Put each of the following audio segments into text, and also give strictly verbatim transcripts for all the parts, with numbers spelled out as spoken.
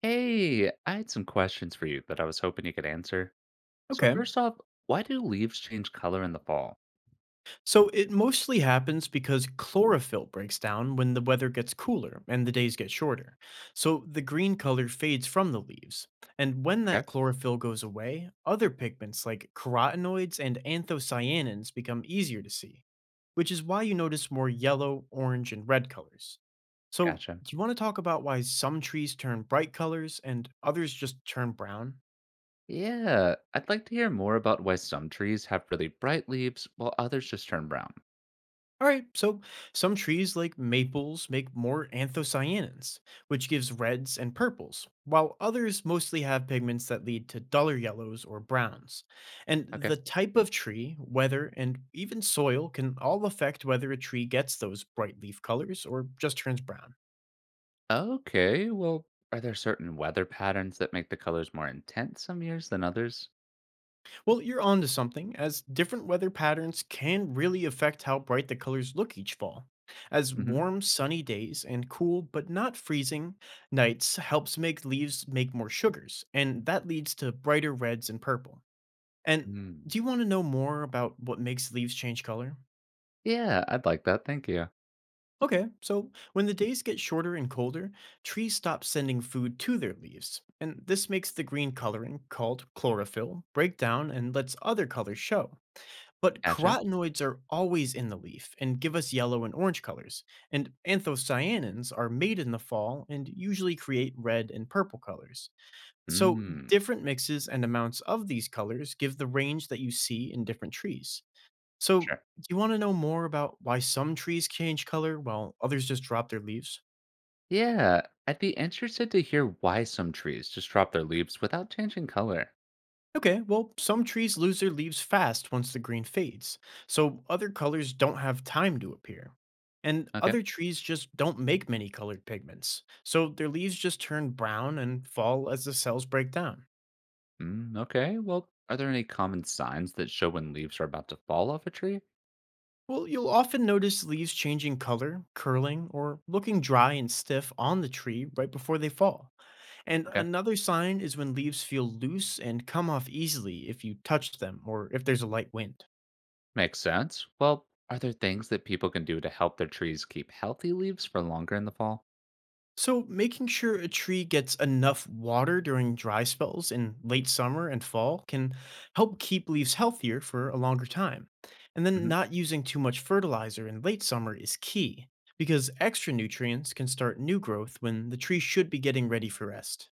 Hey, I had some questions for you that I was hoping you could answer. So Okay. first off, why do leaves change color in the fall? So it mostly happens because chlorophyll breaks down when the weather gets cooler and the days get shorter. So the green color fades from the leaves. And when Okay, that chlorophyll goes away, other pigments like carotenoids and anthocyanins become easier to see, which is why you notice more yellow, orange, and red colors. So, gotcha. do you want to talk about why some trees turn bright colors and others just turn brown? Yeah, I'd like to hear more about why some trees have really bright leaves while others just turn brown. All right, so some trees like maples make more anthocyanins, which gives reds and purples, while others mostly have pigments that lead to duller yellows or browns. And Okay. the type of tree, weather, and even soil can all affect whether a tree gets those bright leaf colors or just turns brown. Okay, well, are there certain weather patterns that make the colors more intense some years than others? Well, you're onto something, as different weather patterns can really affect how bright the colors look each fall. As Mm-hmm. warm, sunny days and cool but not freezing nights helps make leaves make more sugars, and that leads to brighter reds and purple. And Mm. do you want to know more about what makes leaves change color? Yeah, I'd like that. Thank you. Okay, so when the days get shorter and colder, trees stop sending food to their leaves, and this makes the green coloring, called chlorophyll, break down and lets other colors show. But Gotcha. carotenoids are always in the leaf and give us yellow and orange colors, and anthocyanins are made in the fall and usually create red and purple colors. So, Mm, different mixes and amounts of these colors give the range that you see in different trees. So, sure. do you want to know more about why some trees change color while others just drop their leaves? Yeah, I'd be interested to hear why some trees just drop their leaves without changing color. Okay, well, some trees lose their leaves fast once the green fades, so other colors don't have time to appear. And Okay. other trees just don't make many colored pigments, so their leaves just turn brown and fall as the cells break down. Mm, okay. Well, are there any common signs that show when leaves are about to fall off a tree? Well, you'll often notice leaves changing color, curling, or looking dry and stiff on the tree right before they fall. And Okay. another sign is when leaves feel loose and come off easily if you touch them or if there's a light wind. Makes sense. Well, are there things that people can do to help their trees keep healthy leaves for longer in the fall? So, making sure a tree gets enough water during dry spells in late summer and fall can help keep leaves healthier for a longer time. And then, Hmm. not using too much fertilizer in late summer is key, because extra nutrients can start new growth when the tree should be getting ready for rest.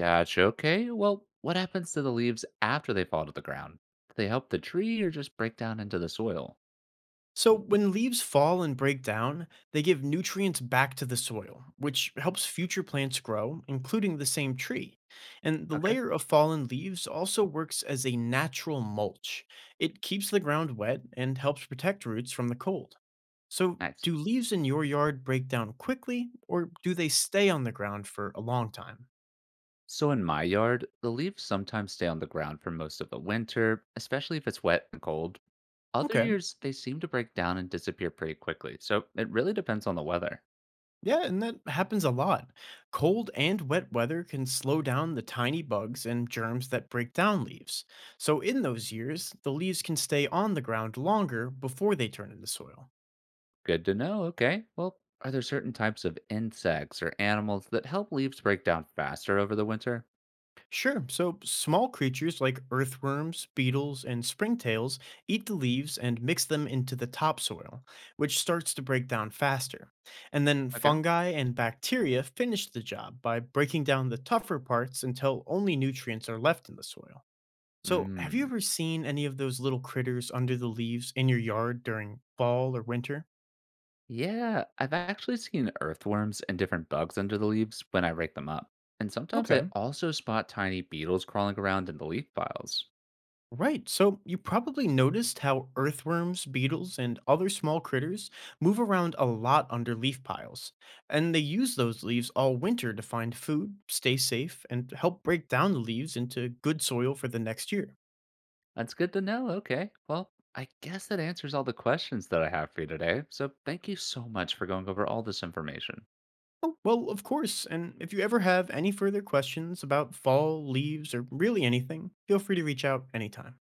Gotcha. Okay. Well, what happens to the leaves after they fall to the ground? Do they help the tree or just break down into the soil? So, when leaves fall and break down, they give nutrients back to the soil, which helps future plants grow, including the same tree. And the Okay. layer of fallen leaves also works as a natural mulch. It keeps the ground wet and helps protect roots from the cold. So, Nice. do leaves in your yard break down quickly, or do they stay on the ground for a long time? So in my yard, the leaves sometimes stay on the ground for most of the winter, especially if it's wet and cold. Other Okay. years, they seem to break down and disappear pretty quickly, so it really depends on the weather. Yeah, and that happens a lot. Cold and wet weather can slow down the tiny bugs and germs that break down leaves. So, in those years, the leaves can stay on the ground longer before they turn into soil. Good to know. Okay. Well, are there certain types of insects or animals that help leaves break down faster over the winter? Sure, so small creatures like earthworms, beetles, and springtails eat the leaves and mix them into the topsoil, which starts to break down faster. And then Okay. fungi and bacteria finish the job by breaking down the tougher parts until only nutrients are left in the soil. So, have you Mm. ever seen any of those little critters under the leaves in your yard during fall or winter? Yeah, I've actually seen earthworms and different bugs under the leaves when I rake them up. And sometimes I Okay. also spot tiny beetles crawling around in the leaf piles. Right. So, you probably noticed how earthworms, beetles, and other small critters move around a lot under leaf piles. And they use those leaves all winter to find food, stay safe, and help break down the leaves into good soil for the next year. That's good to know. Okay. Well, I guess that answers all the questions that I have for you today. So thank you so much for going over all this information. Oh, well, of course. And if you ever have any further questions about fall, leaves, or really anything, feel free to reach out anytime.